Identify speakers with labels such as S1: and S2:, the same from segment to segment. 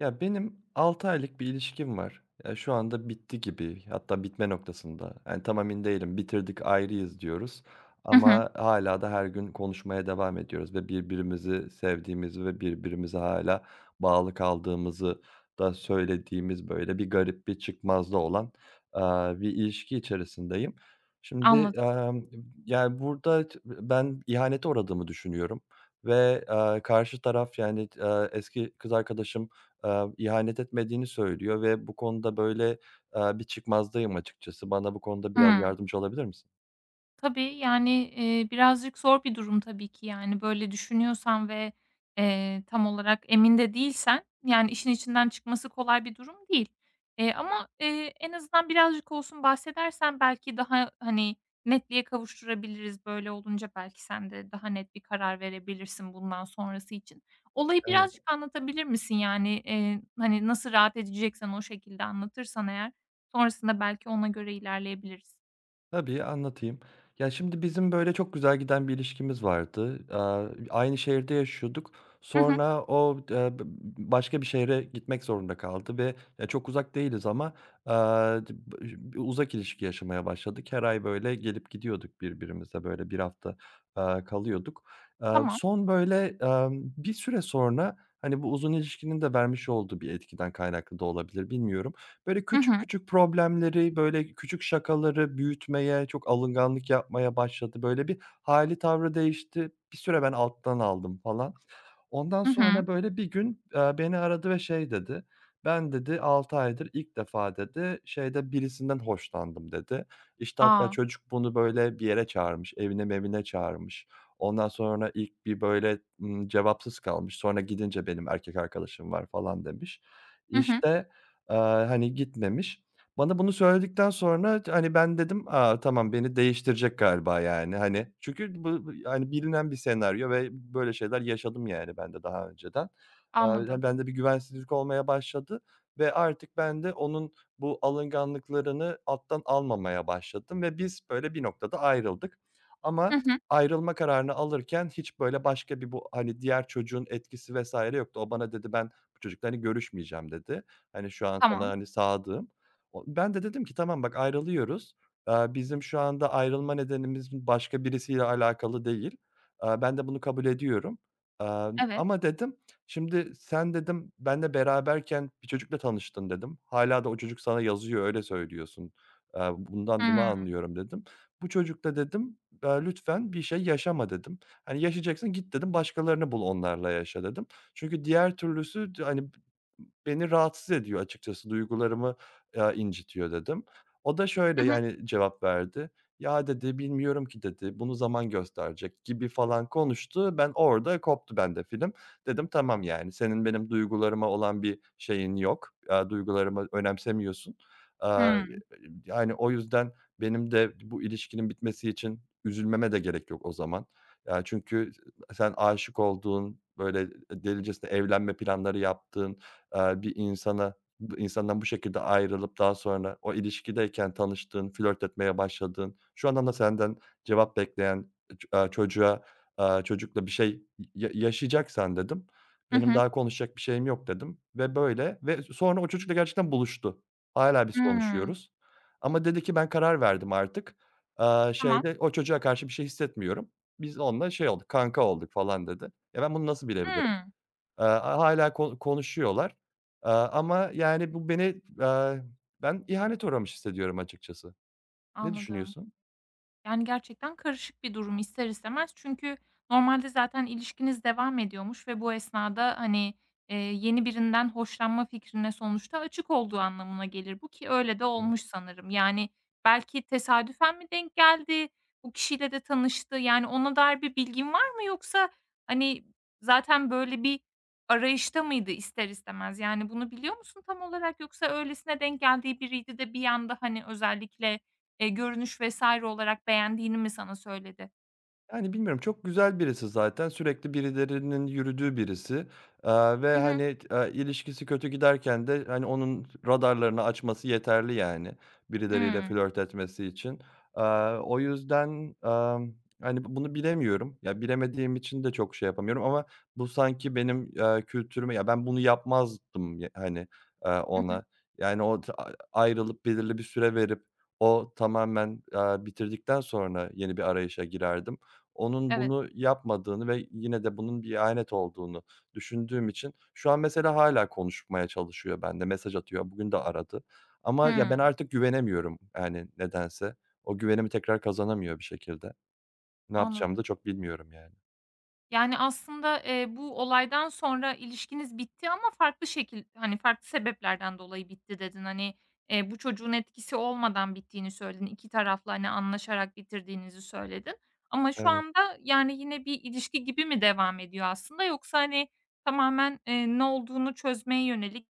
S1: Ya, benim 6 aylık bir ilişkim var. Ya, şu anda bitti gibi, hatta bitme noktasında. Yani, tam emin değilim, bitirdik, ayrıyız diyoruz
S2: Hı hı.
S1: ama hala da her gün konuşmaya devam ediyoruz ve birbirimizi sevdiğimizi ve birbirimize hala bağlı kaldığımızı da söylediğimiz, böyle, bir garip, bir çıkmazda olan, bir ilişki içerisindeyim. Şimdi,
S2: Anladım.
S1: amm, yani, burada ben ihanete uğradığımı düşünüyorum ve, karşı taraf, yani, eski kız arkadaşım ihanet etmediğini söylüyor ve bu konuda, böyle, bir çıkmazdayım açıkçası. Bana bu konuda biraz
S2: Hıı.
S1: yardımcı olabilir misin?
S2: Tabii, yani, birazcık zor bir durum tabii ki, yani, böyle düşünüyorsan ve, tam olarak emin de değilsen, yani, işin içinden çıkması kolay bir durum değil. Ama, en azından birazcık olsun bahsedersen belki daha, hani, netliğe kavuşturabiliriz. Böyle olunca belki sen de daha net bir karar verebilirsin bundan sonrası için. Olayı
S1: Evet.
S2: birazcık anlatabilir misin? Yani, hani, nasıl rahat edeceksen o şekilde anlatırsan eğer sonrasında belki ona göre ilerleyebiliriz.
S1: Tabii, anlatayım. Ya, şimdi bizim, böyle, çok güzel giden bir ilişkimiz vardı. Aynı şehirde yaşıyorduk.
S2: Hı hı.
S1: Sonra o, b başka bir şehre gitmek zorunda kaldı ve, ya, çok uzak değiliz ama, aaa, d b bir uzak ilişki yaşamaya başladık. Her ay, böyle, gelip gidiyorduk birbirimize, böyle, bir hafta, kalıyorduk.
S2: Tamam.
S1: Son, böyle, bir süre sonra, hani, bu uzun ilişkinin de vermiş olduğu bir etkiden kaynaklı da olabilir, bilmiyorum. Böyle
S2: Hı
S1: küçük
S2: hı.
S1: küçük problemleri, böyle küçük şakaları büyütmeye, çok alınganlık yapmaya başladı. Böyle bir hali tavrı değişti. Bir süre ben alttan aldım falan. Ondan
S2: Hı hı.
S1: sonra, böyle, bir gün, beni aradı ve şey dedi, "Ben" dedi, "6 aydır ilk defa" dedi, "şeyde birisinden hoşlandım." dedi. İşte, hatta
S2: A!
S1: çocuk bunu, böyle, bir yere çağırmış, evine mevine çağırmış. Ondan sonra ilk bir, böyle, cevapsız kalmış. Sonra gidince "Benim erkek arkadaşım var." falan demiş.
S2: Hı hı.
S1: İşte, hani, gitmemiş. Bana bunu söyledikten sonra hani ben dedim, aa tamam beni değiştirecek galiba, yani, hani. Çünkü bu, yani, bilinen bir senaryo ve böyle şeyler yaşadım, yani, ben de daha önceden. He,
S2: Anladım.
S1: bende bir güvensizlik olmaya başladı ve artık ben de onun bu alınganlıklarını alttan almamaya başladım ve biz böyle bir noktada ayrıldık.
S2: Hı
S1: Ama
S2: hı.
S1: ayrılma kararını alırken hiç böyle başka bir bu, hani, diğer çocuğun etkisi vesaire yoktu. O bana dedi, "Ben bu çocukla, hani, görüşmeyeceğim." dedi. Hani, "Şu an sana,
S2: Tamam.
S1: hani, sadığım." O ben de dedim ki tamam bak ayrılıyoruz. Bizim şu anda ayrılma nedenimiz başka birisiyle alakalı değil. Ben de bunu kabul ediyorum.
S2: Evet.
S1: Ama dedim şimdi sen dedim benimle beraberken bir çocukla tanıştın dedim. Hala da o çocuk sana yazıyor öyle söylüyorsun. Bundan bunu
S2: Hımm.
S1: anlıyorum dedim. Bu çocukla dedim, lütfen bir şey yaşama dedim. Hani yaşayacaksın git dedim başkalarını bul onlarla yaşa dedim. Çünkü diğer türlüsü hani beni rahatsız ediyor açıkçası duygularımı incitiyor, dedim. O da şöyle,
S2: Hı hı.
S1: yani, cevap verdi. "Ya," dedi, "bilmiyorum ki." dedi, "Bunu zaman gösterecek." gibi falan konuştu. Ben orada koptu bende film. Dedim, "Tamam, yani, senin benim duygularıma olan bir şeyin yok. Duygularımı önemsemiyorsun. Aaa,
S2: Hımm.
S1: Yani, o yüzden benim de bu ilişkinin bitmesi için üzülmeme de gerek yok o zaman. Ya, çünkü sen aşık olduğun, böyle, delicesine evlenme planları yaptığın, bir insana bu insandan bu şekilde ayrılıp daha sonra o ilişkideyken tanıştığın, flört etmeye başladığın, şu andan da senden cevap bekleyen çocuğa, çocukla bir şey yaşayacaksan dedim.
S2: Hı
S1: Benim
S2: hı.
S1: daha konuşacak bir şeyim yok dedim ve böyle ve sonra o çocukla gerçekten buluştu. Hala biz
S2: Hımm.
S1: konuşuyoruz ama dedi ki "Ben karar verdim artık.
S2: Tamam.
S1: Şeyde o çocuğa karşı bir şey hissetmiyorum. Biz onunla şey olduk, kanka olduk." falan dedi. Ya, ben bunu nasıl bilebilirim?
S2: Hımm.
S1: Eee, hâlâ konuşuyorlar. Ama yani bu beni, ben ihanet uğramış hissediyorum açıkçası. Ne
S2: Anladım.
S1: düşünüyorsun?
S2: Yani, gerçekten karışık bir durum ister istemez. Çünkü normalde zaten ilişkiniz devam ediyormuş ve bu esnada, hani, yeni birinden hoşlanma fikrine sonuçta açık olduğu anlamına gelir bu ki öyle de olmuş sanırım. Yani, belki tesadüfen mi denk geldi, bu kişiyle de tanıştı, yani, ona dair bir bilgin var mı yoksa, hani, zaten böyle bir arayışta mıydı ister istemez? Yani, bunu biliyor musun tam olarak yoksa öylesine denk geldiği biriydi de bir anda, hani, özellikle, görünüş vs. olarak beğendiğini mi sana söyledi?
S1: Yani, bilmiyorum, çok güzel birisi zaten. Sürekli birilerinin yürüdüğü birisi, ve,
S2: Hı hı.
S1: hani, ilişkisi kötü giderken de, hani, onun radarlarını açması yeterli, yani, birileriyle
S2: Hımm.
S1: flört etmesi için. Eee, O yüzden, emm, hani, bunu bilemiyorum. Ya, bilemediğim için de çok şey yapamıyorum ama bu sanki benim, kültürüme ya, ben bunu yapmazdım, ya, hani,
S2: Hı hı.
S1: ona. Yani, o t a ayrılıp belirli bir süre verip o tamamen, bitirdikten sonra yeni bir arayışa girerdim. Onun
S2: Evet.
S1: bunu yapmadığını ve yine de bunun bir ihanet olduğunu düşündüğüm için şu an mesela hâlâ konuşmaya çalışıyor benimle, mesaj atıyor. Bugün de aradı ama ya ben
S2: Hımm.
S1: artık güvenemiyorum, yani, nedense. O güvenimi tekrar kazanamıyor bir şekilde. Ne yapacağımı da
S2: Anladım.
S1: çok bilmiyorum yani.
S2: Yani, aslında, bu olaydan sonra ilişkiniz bitti ama farklı şekil hani, farklı sebeplerden dolayı bitti dedin. Hani, bu çocuğun etkisi olmadan bittiğini söyledin. 2 tarafla, hani, anlaşarak bitirdiğinizi söyledin. Ama şu
S1: Evet.
S2: anda, yani, yine bir ilişki gibi mi devam ediyor aslında yoksa, hani, tamamen, ne olduğunu çözmeye yönelik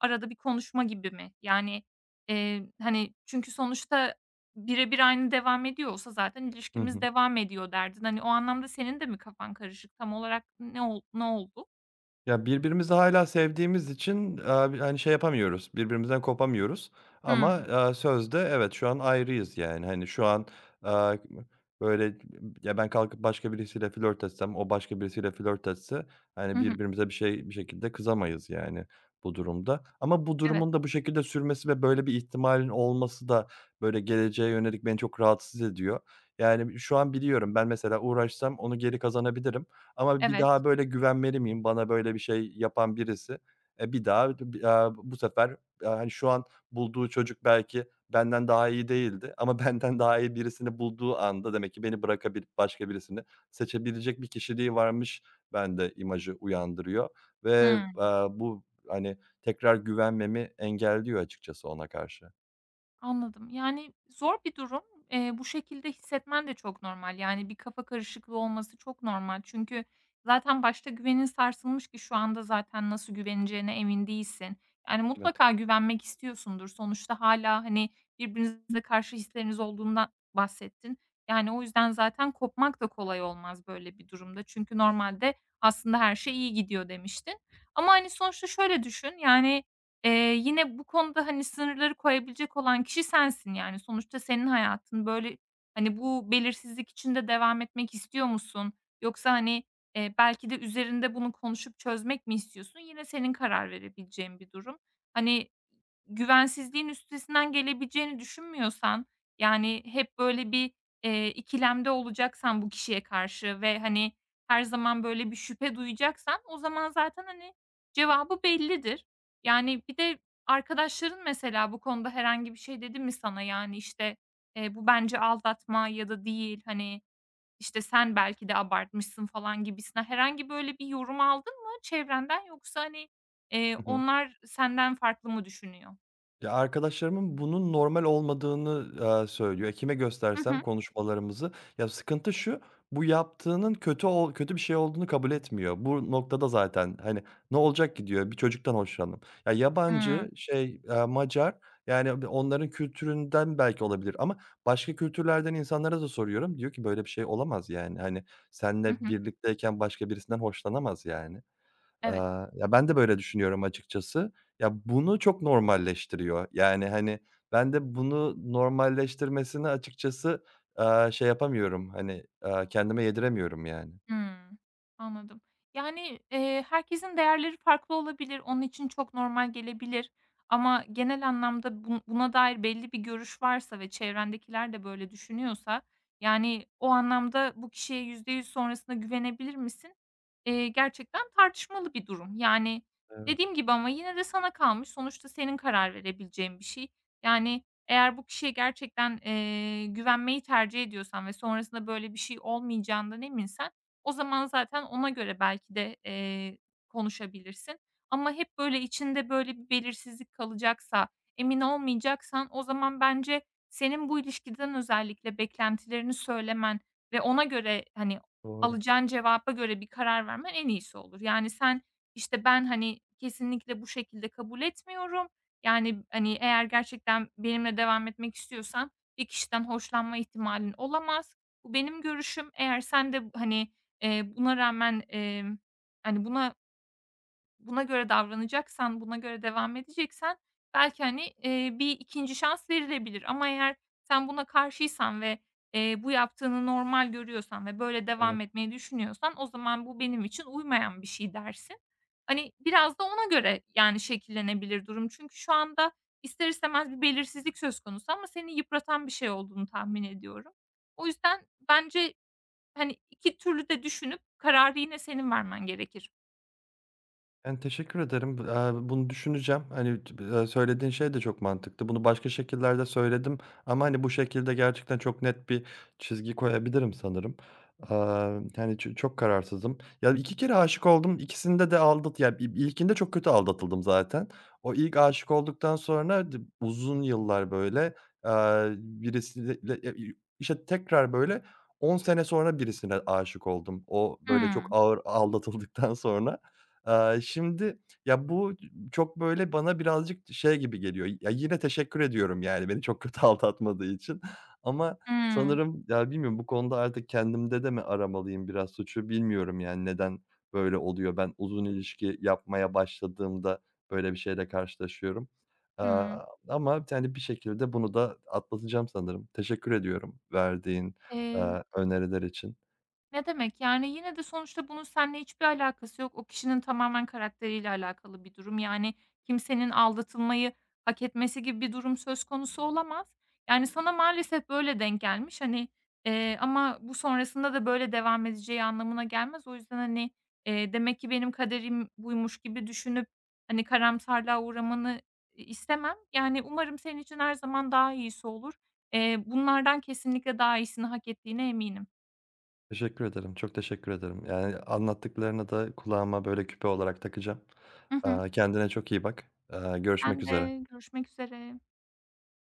S2: arada bir konuşma gibi mi? Yani, hani, çünkü sonuçta birebir aynı devam ediyor olsa zaten
S1: Hı
S2: ilişkimiz
S1: hı.
S2: devam ediyor derdin. Hani, o anlamda senin de mi kafan karışık? Tam olarak ne oldu?
S1: Ya, birbirimizi hâlâ sevdiğimiz için, bir hani, şey yapamıyoruz, birbirimizden kopamıyoruz ama,
S2: Hımm.
S1: sözde evet, şu an ayrıyız, yani. Hani, şu an, aaa, böyle, ya, ben kalkıp başka birisiyle flört etsem, o başka birisiyle flört etse,
S2: Hı
S1: hani,
S2: hı.
S1: birbirimize bir şey bir şekilde kızamayız, yani, bu durumda. Ama bu
S2: Evet,
S1: durumun da bu şekilde sürmesi ve böyle bir ihtimalin olması da, böyle, geleceğe yönelik beni çok rahatsız ediyor. Yani, şu an biliyorum ben mesela uğraşsam onu geri kazanabilirim ama bir daha
S2: evet.
S1: böyle güvenmeli miyim bana böyle bir şey yapan birisi? Bir daha, bu sefer, hani, şu an bulduğu çocuk belki benden daha iyi değildi ama benden daha iyi birisini bulduğu anda demek ki beni bırakabilip başka birisini seçebilecek bir kişiliği varmış bende imajı uyandırıyor ve,
S2: Hıı.
S1: bu, hani, tekrar güvenmemi engelliyor açıkçası ona karşı.
S2: Anladım. Yani, zor bir durum. Bu şekilde hissetmen de çok normal. Yani, bir kafa karışıklığı olması çok normal. Çünkü zaten başta güvenin sarsılmış ki şu anda zaten nasıl güveneceğine emin değilsin. Yani,
S1: Evet.
S2: mutlaka güvenmek istiyorsundur. Sonuçta hala hani, birbirinize karşı hisleriniz olduğundan bahsettin. Yani, o yüzden zaten kopmak da kolay olmaz böyle bir durumda. Çünkü normalde aslında her şey iyi gidiyor demiştin. Ama, hani, sonuçta şöyle düşün, yani, yine bu konuda, hani, sınırları koyabilecek olan kişi sensin, yani. Sonuçta senin hayatın. Böyle, hani, bu belirsizlik içinde devam etmek istiyor musun? Yoksa, hani, belki de üzerinde bunu konuşup çözmek mi istiyorsun? Yine senin karar verebileceğin bir durum. Hani, güvensizliğin üstesinden gelebileceğini düşünmüyorsan, yani, hep böyle bir, ikilemde olacaksan bu kişiye karşı ve, hani, her zaman böyle bir şüphe duyacaksan o zaman zaten, hani, cevabı bellidir. Yani, bir de arkadaşların mesela bu konuda herhangi bir şey dedi mi sana? Yani, işte, "Bu bence aldatma ya da değil, hani, işte, sen belki de abartmışsın." falan gibisine herhangi böyle bir yorum aldın mı çevrenden yoksa, hani, onlar senden farklı mı düşünüyor?
S1: Ya, arkadaşlarımın bunun normal olmadığını, söylüyor. E, kime
S2: Hı
S1: göstersem
S2: hı.
S1: konuşmalarımızı... Ya, sıkıntı şu, bu yaptığının kötü bir şey olduğunu kabul etmiyor. Bu noktada zaten, hani, ne olacak ki diyor, bir çocuktan hoşlandım. Ya,
S2: Hıı.
S1: yabancı, şey, Macar, yani, bir onların kültüründen belki olabilir ama başka kültürlerden insanlara da soruyorum. Diyor ki, "Böyle bir şey olamaz, yani, hani,
S2: Hı
S1: senle
S2: hı.
S1: birlikteyken başka birisinden hoşlanamaz, yani." Eee,
S2: Evet.
S1: Ya, ben de böyle düşünüyorum açıkçası. Ya, bunu çok normalleştiriyor. Yani, hani, ben de bunu normalleştirmesini açıkçası, şey yapamıyorum, hani, kendime yediremiyorum yani.
S2: Hımm, anladım. Yani, herkesin değerleri farklı olabilir. Onun için çok normal gelebilir ama genel anlamda bu buna dair belli bir görüş varsa ve çevrendekiler de böyle düşünüyorsa, yani, o anlamda bu kişiye %100 sonrasında güvenebilir misin? Gerçekten tartışmalı bir durum. Yani,
S1: Evet,
S2: dediğim gibi ama yine de sana kalmış. Sonuçta senin karar verebileceğin bir şey. Yani, eğer bu kişiye gerçekten, güvenmeyi tercih ediyorsan ve sonrasında böyle bir şey olmayacağından eminsen o zaman zaten ona göre belki de, konuşabilirsin ama hep böyle içinde böyle bir belirsizlik kalacaksa, emin olmayacaksan o zaman bence senin bu ilişkiden özellikle beklentilerini söylemen ve ona göre, hani,
S1: doğru.
S2: alacağın cevaba göre bir karar vermen en iyisi olur. Yani sen, işte, ben, hani, kesinlikle bu şekilde kabul etmiyorum. Yani, hani, eğer gerçekten benimle devam etmek istiyorsan bir kişiden hoşlanma ihtimalin olamaz. Bu benim görüşüm. Eğer sen de, hani, buna rağmen, hani, buna göre davranacaksan, buna göre devam edeceksen belki, hani, bir ikinci şans verilebilir ama eğer sen buna karşıysan ve, bu yaptığını normal görüyorsan ve böyle
S1: Evet.
S2: devam etmeyi düşünüyorsan o zaman bu benim için uymayan bir şey dersin. Hani, biraz da ona göre, yani, şekillenebilir durum. Çünkü şu anda ister istemez bir belirsizlik söz konusu ama seni yıpratan bir şey olduğunu tahmin ediyorum. O yüzden bence, hani, 2 türlü de düşünüp kararı yine senin vermen gerekir.
S1: Yani, teşekkür ederim. Bunu düşüneceğim. Hani, t söylediğin şey de çok mantıklı. Bunu başka şekillerde söyledim ama, hani, bu şekilde gerçekten çok net bir çizgi koyabilirim sanırım. Yani, çok kararsızım. Ya, 2 kere aşık oldum. İkisinde de ya, ilkinde çok kötü aldatıldım zaten. O ilk aşık olduktan sonra uzun yıllar, böyle, birisiyle ya, işte, tekrar, böyle, 10 sene sonra birisine aşık oldum. O, böyle, çok
S2: Hımm.
S1: ağır aldatıldıktan sonra. Şimdi, ya, bu çok, böyle, bana birazcık şey gibi geliyor, ya, yine teşekkür ediyorum, yani, beni çok kötü aldatmadığı için ama
S2: Hımm.
S1: sanırım, ya, bilmiyorum bu konuda artık kendimde de mi aramalıyım biraz suçu bilmiyorum, yani, neden böyle oluyor? Ben uzun ilişki yapmaya başladığımda böyle bir şeyle karşılaşıyorum.
S2: Hımm.
S1: Ama, yani, bir şekilde bunu da atlatacağım sanırım. Teşekkür ediyorum verdiğin,
S2: Eee
S1: öneriler için.
S2: Ne demek, yani, yine de sonuçta bunun seninle hiçbir alakası yok. O kişinin tamamen karakteriyle alakalı bir durum. Yani, kimsenin aldatılmayı hak etmesi gibi bir durum söz konusu olamaz. Yani, sana maalesef böyle denk gelmiş, hani, ama bu sonrasında da böyle devam edeceği anlamına gelmez. O yüzden, hani, demek ki benim kaderim buymuş gibi düşünüp, hani, karamsarlığa uğramanı istemem. Yani, umarım senin için her zaman daha iyisi olur. Bunlardan kesinlikle daha iyisini hak ettiğine eminim.
S1: Teşekkür ederim, çok teşekkür ederim. Yani, anlattıklarını da kulağıma, böyle, küpe olarak takacağım.
S2: Hı hı.
S1: Kendine çok iyi bak. Görüşmek
S2: Ben
S1: üzere.
S2: de görüşmek üzere.